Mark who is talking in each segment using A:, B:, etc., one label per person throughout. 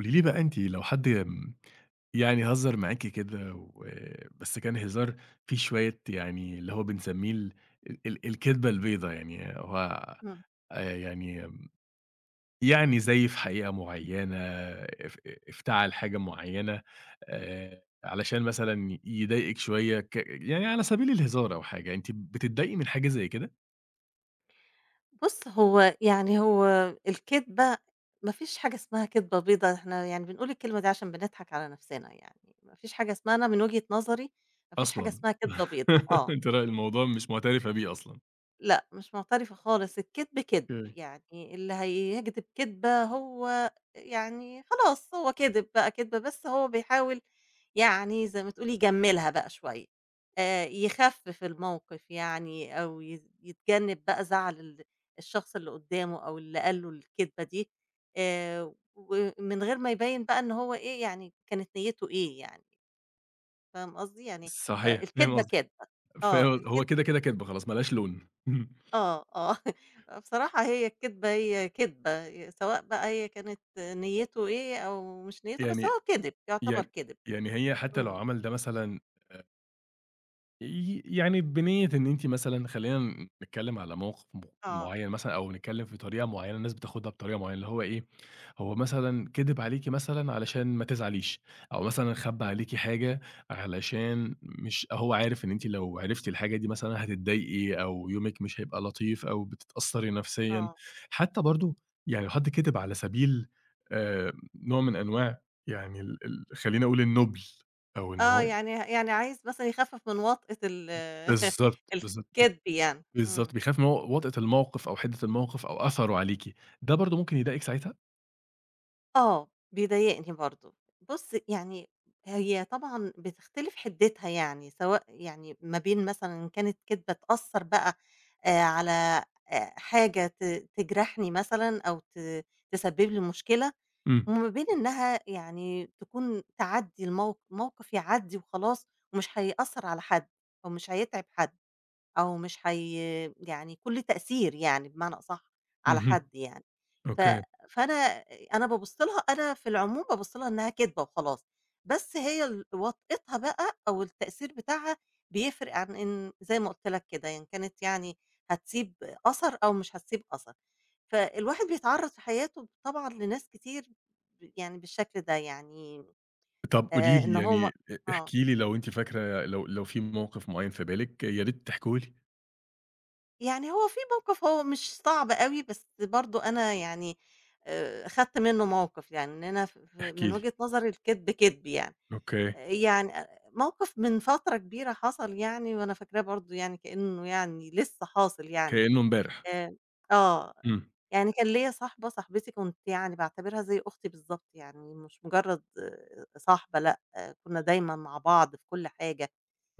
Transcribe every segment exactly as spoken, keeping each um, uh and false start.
A: قولي لي بقى، أنتِ لو حد آمم، يعني هزّر معاكِ كده و بس كان هزار. فيه شوية يعني اللي هو بنسميه ال ال الكدبة البيضا، يعني هو،
B: إمم.
A: آآ، يعني يعني زيّف حقيقة معيّنة، اف افتعل حاجة معيّنة، آآ، علشان مثلًا يضايقِك شوية ك يعني على سبيل الهزار أو حاجة. أنتِ بتتضايقي من حاجة زي كده
B: بُص، هو يعني هو الكدبة، ما فيش حاجة اسمها كدبة بيضا، إحنا يعني بنقول الكلمة دي عشان بنضحك على نفسنا يعني. ما فيش حاجة اسمها، أنا من وجهة نظري ما فيش حاجة
A: أصلًا؟
B: اسمها كدبة بيضا، آه.
A: أنتِ رأي الموضوع مش معترفة بيه أصلًا.
B: لأ، مش مُعترفة خالص، الكدب كدب،
A: أوكي.
B: يعني اللي هيكدب كدبة هو يعني خلاص هو كدب بقى كدبة، بس هو بيحاول يعني زي ما تقولي يجمّلها بقى شوية، آآ يخفِّف الموقِف يعني أو يز يتجنّب بقى زعل ال الشخص اللي قُدّامه أو اللي قال له الكدبة دي، آآ ومن غير ما يبيّن بقى إن هو إيه، يعني كانت نيّته إيه يعني، فاهم قصدي؟ يعني آآ
A: صحيح، فاهم
B: الكدبة
A: قصدِك.
B: كدبة، آه
A: فهو هو كده،
B: الكدبة
A: كده كدب خلاص ما لهاش لون.
B: آه، آه. بصراحة هي الكدبة هي كدبة، ي سواء بقى هي كانت نيّته إيه أو مش نيّته، بس
A: يعني
B: هو كِدِب، يعتبر
A: يعني
B: كِدِب.
A: يعني هي حتى لو
B: إمم.
A: عمل ده مثلًا، ي يعني بنيّة إن أنتِ مثلًا، خلّينا نتكلّم على موقف م
B: آه.
A: معيّن مثلًا، أو نتكلّم في طريقة معيّنة الناس بتاخدها بطريقة معيّنة، اللي هو إيه، هو مثلًا كِدِب عليكِ مثلًا علشان ما تزعليش، أو مثلًا خبّى
B: إمم.
A: عليكِ حاجة علشان، مش هو عارف إن أنتِ لو عرفتِ الحاجة دي مثلًا هتتضايقي أو يومِك مش هيبقى لطيف أو بتتأثّري نفسيًا،
B: آه.
A: حتّى برضه
B: مم.
A: يعني لو حد كِدِب على سبيل آآ نوع من أنواع يعني ال ال خلّيني أقول النُّبْل، أو إن
B: آه.
A: هو...
B: يعني يعني عايز مثلًا يخفِّف من وطأة ال
A: بالضبط، بالضبط.
B: الكدب يعني.
A: بالضبط،
B: إمم.
A: بيخاف من هو وطأة الموقف أو حِدّة الموقف أو أثره عليكِ، ده برضه ممكن يضايقِك ساعتها؟
B: آه، بيضايقني برضه. بُص، يعني هي طبعًا بتختلف حِدِّتها يعني، سواء يعني ما بين مثلًا إن كانت كدبة تأثّر بقى آآ على آآ حاجة ت تجرحني مثلًا أو ت تسبِّب لي مشكلة،
A: إمم.
B: وما بين إنّها يعني تكون تعدّي الموق موقِف يعدّي وخلاص ومش هيأثّر على حد أو مش هيتعب حد. أو مش حي يعني كُلّه تأثير يعني بمعنى أصح على
A: اهم.
B: حد يعني، ف
A: أوكي.
B: فأنا أنا بابُص لها، أنا في العموم بابُص لها إنها كدبة وخلاص، بس هي ال وطئتها بقى أو التأثير بتاعها بيفرق عن إن زي ما قُلت لك كده، إن كانت يعني هتسيب أثر أو مش هتسيب أثر، فالواحد بيتعرّض في حياته طبعًا لناس كتير ب يعني بالشكل ده يعني.
A: طَب قولي
B: آآ إن
A: لي،
B: هُم
A: يعني أ
B: آه.
A: احكي لي لو أنتِ فاكرة، لو لو في موقف معيّن في بالِك، يا ريت تحكيه لي.
B: يعني هو في موقف هو مش صعب أوي، بس برضه أنا يعني آآ خدت منّه موقف، يعني إن أنا ف ف من
A: احكي لي.
B: وجهة نظري الكدب كدب يعني.
A: أوكي.
B: آآ يعني أ موقف من فترة كبيرة حصل يعني وأنا فاكراه برضه يعني كإنه يعني لسّه حاصل يعني.
A: كإنه امبارح.
B: آآ آه.
A: إمم.
B: يعني كان ليّا صاحبة، صاحبتي كنت يعني باعتبرها زي أختي بالضبط، يعني مش مجرّد آه، صاحبة لأ، آه، كُنّا دايمًا مع بعض في كل حاجة.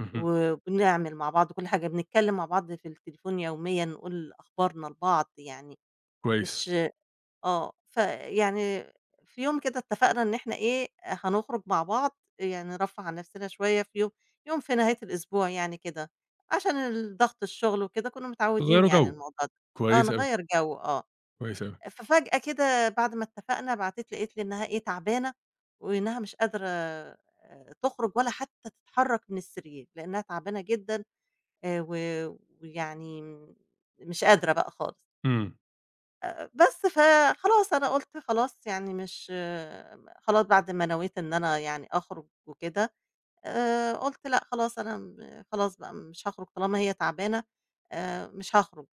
A: اهم.
B: وبنعمل مع بعض كل حاجة، بنتكلّم مع بعض في التليفون يوميًا، نقول أخبارنا لبعض يعني.
A: كويس.
B: مش آه، فيعني في يوم كده اتفقنا إن إحنا إيه، هنخرج مع بعض يعني نرفّه عن نفسنا شوية في يوم يوم في نهاية الأسبوع يعني كده، عشان ال ضغط الشغل وكده كُنّا متعوّدين
A: تغيّروا
B: يعني
A: جو.
B: الموضوع ده، آه
A: كويس أوي.
B: نغيّر جو آه،
A: كويس أوي.
B: ففجأة كده بعد ما اتفقنا بعتِت لقيت لي إنها إيه، تعبانة وإنها مش قادرة آآ تخرج ولا حتى تتحرّك من السرير، لإنها تعبانة جدًا آآ و ويعني مش قادرة بقى خالص.
A: إمم.
B: آآ بس فخلاص أنا قُلت خلاص يعني مش آه، خلاص بعد ما نويت إن أنا يعني أخرج وكده، آآ قُلت لأ خلاص أنا م خلاص بقى مش هاخرج طالما هي تعبانة آآ مش هاخرج.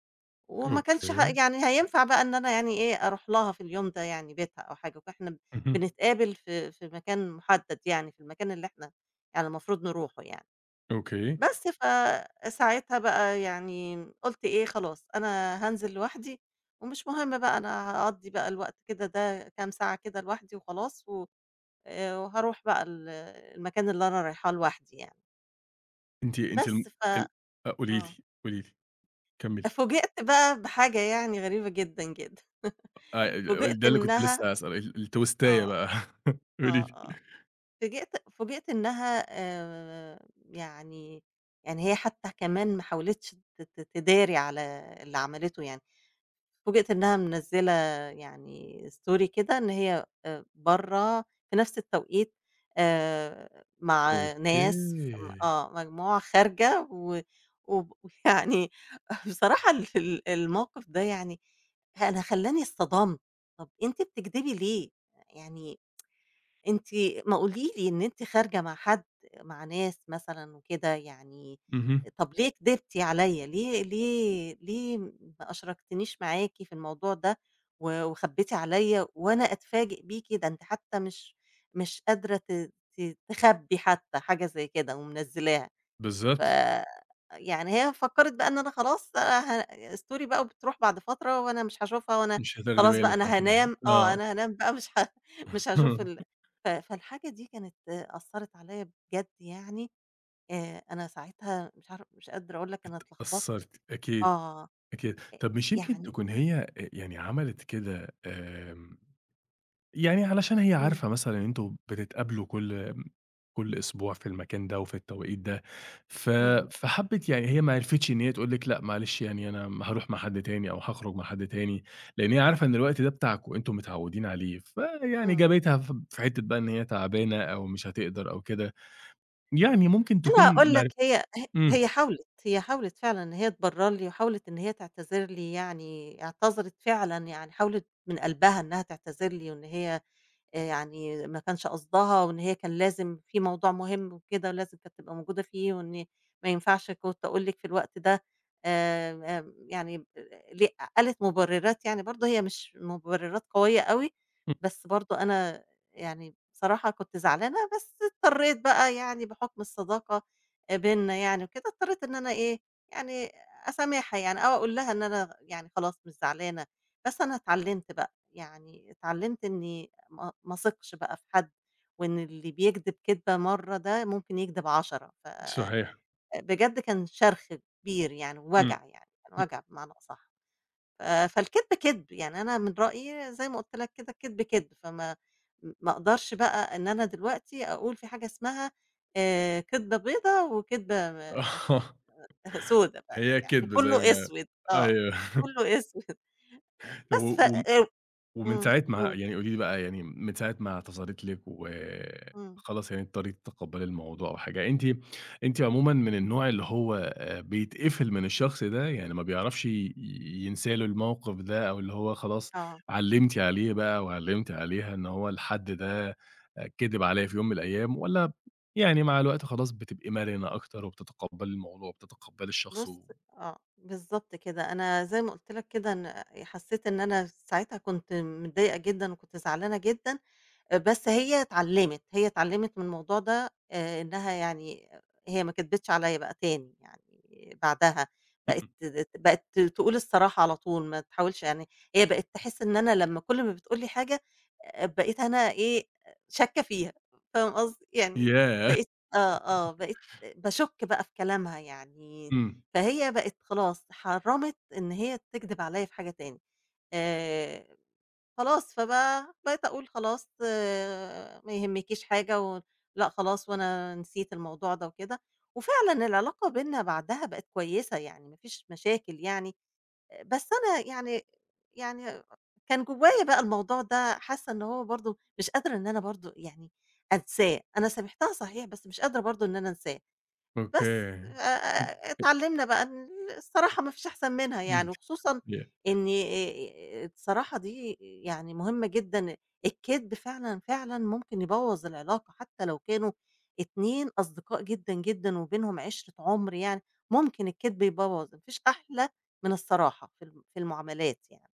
B: وما كانش ه
A: أوكي.
B: يعني هينفع بقى إن أنا يعني إيه، أروح لها في اليوم ده يعني بيتها أو حاجة، وإحنا
A: اهم.
B: بنتقابل في في مكان مُحدد يعني، في المكان اللي إحنا يعني المفروض نروحه يعني.
A: أوكي.
B: بس فساعتها بقى يعني قُلت إيه خلاص أنا هانزل لوحدي، ومش مهم بقى أنا هاقضّي بقى الوقت كده ده كام ساعة كده لوحدي وخلاص، و آآ وهاروح بقى ال المكان اللي أنا رايحاه لوحدي يعني.
A: أنتِ أنتِ الم
B: بس ف
A: ال آه، قولي
B: آه.
A: لي، قولي لي، كمّلي.
B: فوجئت بقى بحاجة يعني غريبة جدًا، جدًا.
A: آه،
B: فوجئت
A: ال ده اللي كنت
B: إنها
A: لسه هاسأل ال التويستاية
B: آه،
A: بقى. قولي
B: آه،
A: لي.
B: آه. فوجئت فوجئت إنها آآ يعني يعني هي حتى كمان ما حاولتش ت ت تداري على اللي عملته يعني. فوجئت إنها منزّلة يعني story كده إن هي آآ برّه في نفس التوقيت آآ مع
A: أوكي.
B: ناس ف آه، مجموعة خارجة و وب ويعني بصراحة ال ال الموقف ده يعني أنا خلّاني اصطدمت، طَب أنتِ بتكدبي ليه؟ يعني أنتِ ما قولي لي إن أنتِ خارجة مع حد، مع ناس مثلًا وكده يعني،
A: اهم.
B: طب ليه كدبتِ عليَّ، ليه ليه ليه ما أشركتنيش معاكِ في الموضوع ده و وخبيتِ عليَّ وأنا أتفاجئ بيكِ، ده أنتِ حتى مش مش قادرة ت ت تخبّي حتى حاجة زي كده ومنزّلاها. ف
A: بالضبط.
B: يعني هي فكّرِت بقى إن أنا خلاص بقى ه story بقى وبتروح بعد فترة وأنا مش هاشوفها وأنا
A: مش هتاخدي
B: خلاص بقى
A: بالِك
B: أنا
A: مثلًا،
B: هانام آه،
A: آه.
B: أنا هانام بقى مش ه مش هاشوف ال ف فالحاجة دي كانت أثّرت عليّا بجد يعني، آآ أنا ساعتها مش عار مش قادرة أقول لك أنا اتلخبطت
A: قصّرتِ، أكيد.
B: آه،
A: أكيد.
B: آآ
A: طَب مش يمكن
B: يعني
A: تكون هي، آآ يعني عملت كده، آمم يعني علشان هي
B: إمم،
A: عارفة مثلًا إن أنتم بتتقابلوا كل، آمم، كل أسبوع في المكان ده وفي التوقيت ده، ف
B: إمم،
A: فحبِّت يعني، هي ما عرفتش إن هي تقول لِك لأ، معلش، يعني أنا م هاروح مع حد تاني أو هاخرج مع حد تاني، لإن هي عارفة إن الوقت ده بتاعكم أنتم متعوّدين عليه، فيعني
B: إمم.
A: جابتها ف في حتّة بقى إن هي تعبانة أو مش هتقدر أو كده، يعني ممكن
B: أنا
A: تكون
B: هاقول
A: ما
B: لك
A: عرف...
B: هي ه هي
A: إمم.
B: حاولت، هي حاولت فعلًا إن هي تبرّر لي وحاولت إن هي تعتذر لي يعني اعتذرت فعلًا، يعني حاولت من قلبها إنها تعتذر لي وإن هي آآ يعني ما كانش قصدها، وإن هي كان لازم في موضوع مهم وكده ولازم كانت تبقى موجودة فيه، وإن ما ينفعش كنت أقول لِك في الوقت ده آآ آمم يعني ليه قالت مُبررات يعني برضه هي مش مُبررات قوية أوي،
A: إمم.
B: بس برضه أنا يعني بصراحة كنت زعلانة، بس اضطريت بقى يعني بحُكم الصداقة آآ بيننا يعني وكده، اضطريت إن أنا إيه، يعني أسامحها يعني أو أقول لها إن أنا يعني خلاص مش زعلانة، بس أنا اتعلمت بقى. يعني اتعلمت إني ما ما اثقش بقى في حد، وإن اللي بيكدب كدبة مرّة ده ممكن يكدب عشرة. ف
A: صحيح.
B: بجد كان شرخ كبير يعني
A: إمم.
B: ووجع يعني، كان
A: إمم.
B: وجع بمعنى أصح. ف فالكدب كدب، يعني أنا من رأيي زي ما قُلت لك كده الكدب كدب، فما ما أقدرش بقى إن أنا دلوقتي أقول في حاجة اسمها آآ كدبة بيضا وكدبة
A: آه،
B: سودا بقى
A: هي
B: يعني
A: كدب زي
B: كلّه
A: ما،
B: أسود، آه،
A: أيوه.
B: كلّه أسود.
A: و
B: بس ف
A: و
B: آآ
A: ومن
B: إمم،
A: ساعة ما،
B: قُل،
A: يعني قولي لي بقى، يعني من ساعة ما اعتذرِت لِك، و
B: إمم،
A: خلاص يعني اضطريتِ تتقبّلي الموضوع أو حاجة، أنتِ أنتِ عمومًا من النوع اللي هو آآ بيتقفل من الشخص ده، يعني ما بيعرفش ي ينسى له الموقف ده، أو اللي هو خلاص
B: آه.
A: علّمتِ عليه بقى وعلّمتِ عليها إن هو الحد ده آآ كدب عليَّ في يوم من الأيام، والّا يعني مع الوقت خلاص بتبقي مرنة أكتر وبتتقبّلي الموضوع وبتتقبّلي الشخص
B: بُص
A: و...
B: آه، بالضبط كده، أنا زي ما قُلت لك كده إن حسّيت إن أنا ساعتها كنت متضايقة جدًا وكنت زعلانة جدًا، آآ بس هي اتعلّمت، هي اتعلّمت من الموضوع ده آآ إنّها يعني هي ما كدبتش عليّا بقى تاني يعني بعدها، بقت
A: إمم.
B: ت بقت ت تقول الصراحة على طول ما تحاولش يعني. هي بقت تحس إن أنا لمّا كل ما بتقول لي حاجة آآ بقيت أنا إيه، شاكّة فيها، فاهم قصدي؟ يعني
A: ياه!
B: بقيت آه، آه، بقيت باشُك بقى في كلامها يعني،
A: إمم.
B: فهي بقت خلاص حرّمت إن هي تكدب عليّا في حاجة تاني آآ خلاص، فبقى بقيت أقول خلاص آآ، ما يهمكيش حاجة و لأ خلاص وأنا نسيت الموضوع ده وكده، وفعلًا العلاقة بيننا بعدها بقت كويسة يعني ما فيش مشاكل يعني، آآ، بس أنا يعني يعني كان جوايا بقى الموضوع ده حاسة إن هو برضه مش قادرة إن أنا برضه يعني أنساه، أنا سامحتها صحيح بس مش قادرة برضه إن أنا أنساه. بس
A: أوكي.
B: آآ آآ اتعلّمنا بقى ال الصراحة ما فيش أحسن منها
A: إمم.
B: يعني، وخصوصًا إن آآ الصراحة دي يعني مهمة جدًا، الكدب فعلًا، فعلًا ممكن يبوّظ العلاقة حتى لو كانوا اتنين أصدقاء جدًا، جدًا وبينهم عِشرة عُمر يعني، ممكن الكدب يبوّظ، ما فيش أحلى من الصراحة في الم في المعاملات يعني.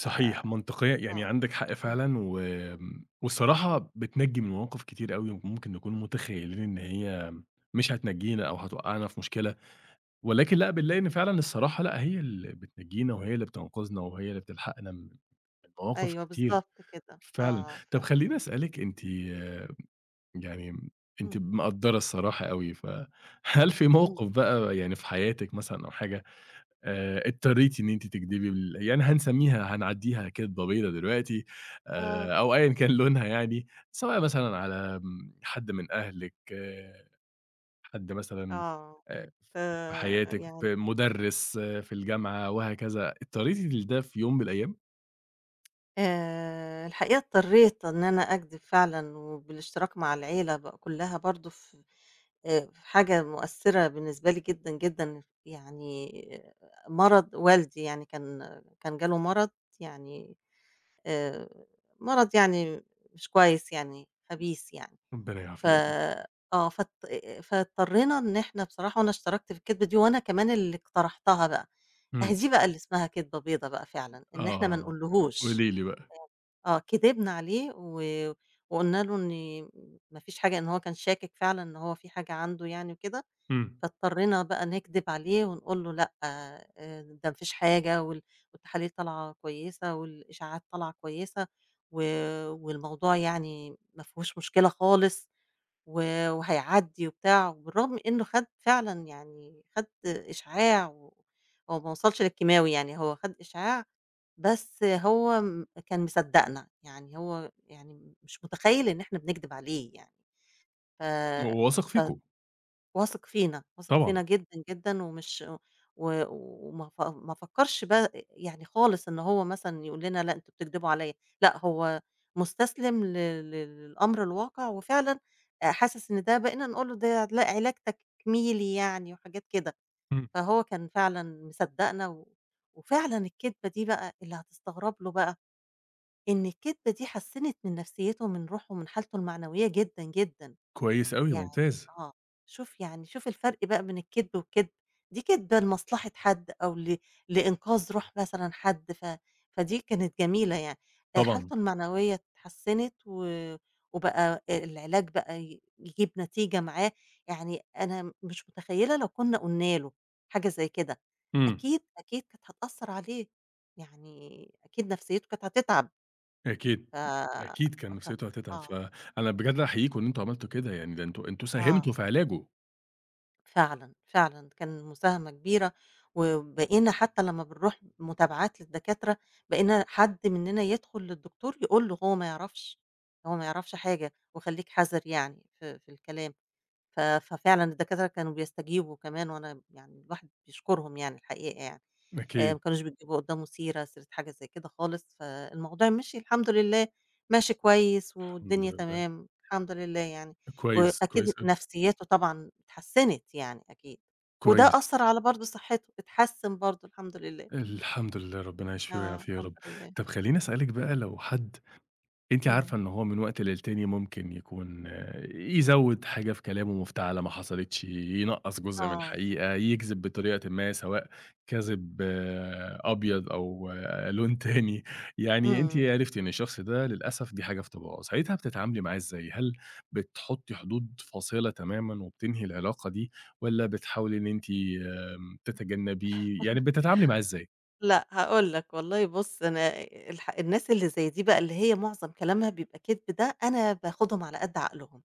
B: ف
A: منطقية، يعني
B: آه.
A: عندِك حق
B: إمم.
A: فعلًا،
B: إمم.
A: وآمم، والصراحة
B: إمم.
A: بتنجّي من مواقف كتير أوي ممكن نكون متخيّلين إن هي مش هتنجّينا أو هتوقّعنا في مشكلة، ولكن لأ، بنلاقي إن فعلًا الصراحة، لأ، هي اللي بتنجّينا وهي اللي بتنقذنا وهي اللي بتلحقنا من من مواقف
B: أيوه
A: كتير،
B: بالضبط كده.
A: فعلًا.
B: آه، ف
A: طب خلّيني أسألِك، أنتِ يعني، أنتِ
B: إمم،
A: مقدّرة الصراحة أوي، فهل في
B: إمم.
A: موقف بقى، يعني في حياتِك مثلًا أو حاجة، آآ اضطريتِ إن أنتِ تكدبي بال يعني هنسميها هنعدّيها كدبة بيضا دلوقتي،
B: آه،
A: آآ أو أيًا كان لونها، يعني سواء مثلًا على آمم حد من أهلِك، حد مثلًا
B: آه.
A: آآ
B: ف
A: في حياتِك،
B: يعني
A: في مُدرِّس في الجامعة وهكذا، اضطريتِ لده في يوم من الأيام؟
B: آآ الحقيقة اضطريت إن أنا أكدب فعلًا، وبالاشتراك مع العيلة بقى كلّها برضه ف آآ في حاجة مؤثّرة بالنسبة لي جدًا، جدًا، يعني آه، مرض والدي يعني كان كان جاله مرض يعني آآ مرض يعني مش كويس يعني خبيث يعني،
A: ربنا
B: ف
A: يعافيك.
B: آه فاضط فاضطرينا إن إحنا بصراحة، وأنا اشتركت في الكدبة دي وأنا كمان اللي اقترحتها بقى، أهي
A: إمم.
B: دي بقى اللي اسمها كدبة بيضا بقى فعلًا، إن إحنا ما
A: آه.
B: نقولهوش.
A: قولي لي بقى.
B: آه، كدبنا عليه و وقُلنا له إن ما فيش حاجة، إن هو كان شاكك فعلًا إن هو في حاجة عنده يعني وكده،
A: إمم.
B: فاضطرينا بقى نكدب عليه ونقول له لأ آآ، ده ما فيش حاجة وال والتحاليل طالعة كويسة والإشاعات طالعة كويسة و والموضوع يعني ما فيهوش مشكلة خالص. و وهيعدّي وبتاع، وبالرغم إنه خَد فعلًا يعني خَد إشعاع و هو ما وصلش للكيماوي يعني، هو خَد إشعاع بس هو م كان مصدّقنا، يعني هو يعني مش متخيّل إن إحنا بنكدب عليه يعني، ف
A: واثق
B: ف
A: فيكم.
B: واثق فينا، واثق
A: طبعًا.
B: فينا جدًا، جدًا. ومش و وما ف ما فكّرش بقى يعني خالص إن هو مثلًا يقول لنا لأ أنتم بتكدبوا عليّا، لأ هو مُستسلم ل ل للأمر الواقع وفعلًا آآ حاسس إن ده بقينا نقول له ده لا علاج تكميلي يعني وحاجات كده،
A: إمم.
B: فهو كان فعلًا مصدّقنا و وفعلًا الكدبة دي بقى اللي هتستغرب له بقى، إن الكدبة دي حسّنت من نفسيته ومن روحه ومن حالته المعنوية جدًا، جدًا.
A: كويس أوي،
B: يعني
A: ممتاز.
B: آه، شوف يعني شوف الفرق بقى بين الكدب والكدب، دي كدبة لمصلحة حد أو ل لإنقاذ روح مثلًا حد، ف فدي كانت جميلة يعني، آآ
A: طبعًا.
B: حالته المعنوية اتحسنت و وبقى العلاج بقى ي يجيب نتيجة معاه، يعني أنا مش متخيلة لو كنا قلنا له حاجة زي كده،
A: إمم.
B: أكيد، أكيد كانت هتأثر عليه، يعني أكيد نفسيته كانت هتتعب،
A: أكيد،
B: ف
A: أكيد كان
B: ف
A: نفسيته هتتعب،
B: آه،
A: فأنا
B: أكيد،
A: بجد أحييكم إن أنتم عملتوا كده، يعني ده أنتم أنتم
B: آه.
A: ساهمتوا في علاجه.
B: فعلًا، فعلًا كان مساهمة كبيرة، وبقينا حتى لمّا بنروح متابعات للدكاترة، بقينا حد مننا يدخل للدكتور يقول له هو ما يعرفش، هو ما يعرفش حاجة وخلّيك حذر يعني في في الكلام، ف ففعلًا الدكاترة كانوا بيستجيبوا كمان، وأنا يعني الواحد بيشكرهم يعني الحقيقة يعني. آآ ما
A: أكيد.
B: كانوش بيجيبوا قدّامه سيرة، سيرة حاجة زي كده خالص، فالموضوع مشي الحمد لله، ماشي كويس
A: الحمد
B: والدنيا
A: لله.
B: تمام، الحمد لله يعني،
A: كويس،
B: وأكيد
A: كويس أوي.
B: نفسيّاته طبعًا اتحسّنت يعني أكيد، وده
A: كويس.
B: أثّر على برضه صحّته، اتحسّن برضه الحمد لله،
A: الحمد لله، ربنا يشفيه
B: آه
A: ويعافيه يا
B: الحمد
A: رب.
B: لله،
A: طب خلّيني
B: إمم،
A: أسألِك بقى، لو حد، أنتِ
B: إمم،
A: عارفة إن هو من وقت للتاني ممكن يكون، آه، يزوّد حاجة في كلامه مفتعلة ما حصلتش، ينقّص جزء من
B: آه،
A: الحقيقة، يكذب بطريقةٍ ما، سواء كذب آه، أبيض أو آه، لون تاني، يعني أنتِ
B: إمم.
A: عرفتِ إن الشخص ده للأسف دي حاجة في طباعه، ساعتها بتتعاملي معاه إزاي؟ هل بتحطّي حدود فاصلة تمامًا وبتنهي العلاقة دي، والّا بتحاولي إن أنتِ، آمم، تتجنبيه، يعني بتتعاملي معاه إزاي؟
B: لأ هاقول لك والله، بُص أنا الح الناس اللي زي دي بقى اللي هي معظم كلامها بيبقى كدب ده، أنا باخدهم على قد عقلهم،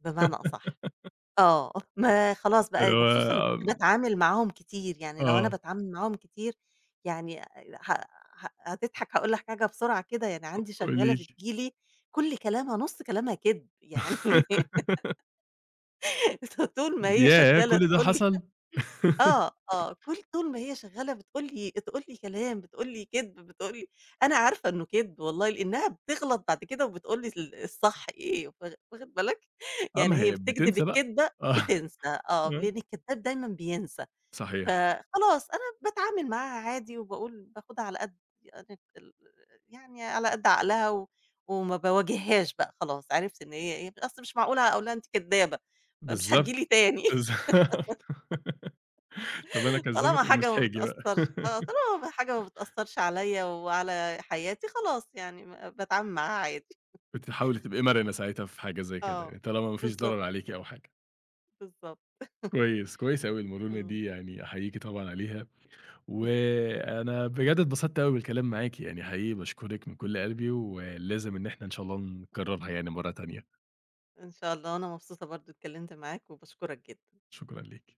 B: بمعنى أصح. آه، ما خلاص بقى
A: اللي هو
B: وخصوصًا لو كنت
A: آمم،
B: باتعامل معاهم كتير، يعني لو أنا
A: آه،
B: باتعامل معاهم كتير يعني ه ه هتضحك. هاقول لك حاجة بسرعة كده، يعني عندي شغّالة
A: قولي لي.
B: بتيجي لي كُلّ كلامها نُص كلامها كدب، يعني طول ما هي
A: ياه!
B: شغّالة
A: كل ده
B: تقول لي
A: حصل!
B: آه، آه، كل طول ما هي شغّالة بتقول لي، تقول لي كلام، بتقول لي كدب، بتقول لي أنا عارفة إنه كدب والله، لإنها بتغلط بعد كده وبتقول لي ال الصح إيه، واخ واخد بالك؟
A: آه،
B: يعني
A: ما
B: هي
A: هي
B: بتكدب
A: بتنسى بقى.
B: الكدبة
A: آه،
B: بتنسى، آه،
A: آه،
B: لإن الكدّاب دايمًا بينسى،
A: صحيح.
B: فخلاص أنا باتعامل معاها عادي وباقول باخدها على قد يعني ال يعني على قد عقلها و وما باواجههاش بقى خلاص، عرفت إن هي إيه، أصل مش معقولة أقول لها أنتِ كدّابة، فمش هتيجي لي
A: بالضبط،
B: تاني.
A: بالضبط. طب أنا كذّابة،
B: طالما
A: طب مش
B: حاجة ما
A: هاجي بقى.
B: بتأثّرش، آه، طالما حاجة ما بتأثّرش عليَّ وعلى حياتي خلاص يعني م باتعامل معاها عادي.
A: كنتِ حاولي تبقي مرنة ساعتها في حاجة زي كده، يعني
B: آه،
A: طالما ما فيش
B: بالضبط
A: ضرر عليكِ
B: كده،
A: أو حاجة.
B: بالضبط،
A: كويس، كويس أوي المرونة دي،
B: إمم.
A: يعني أحييكِ طبعًا عليها، وأنا بجد اتبسطت أوي بالكلام معاكِ، يعني حقيقي باشكرِك من كل قلبي، ولازم إن إحنا إن شاء الله نكررها، يعني مرة تانية.
B: إن شاء الله، أنا مبسوطة برضه اتكلّمت معاك وباشكرك جدًا.
A: شكرًا ليكِ.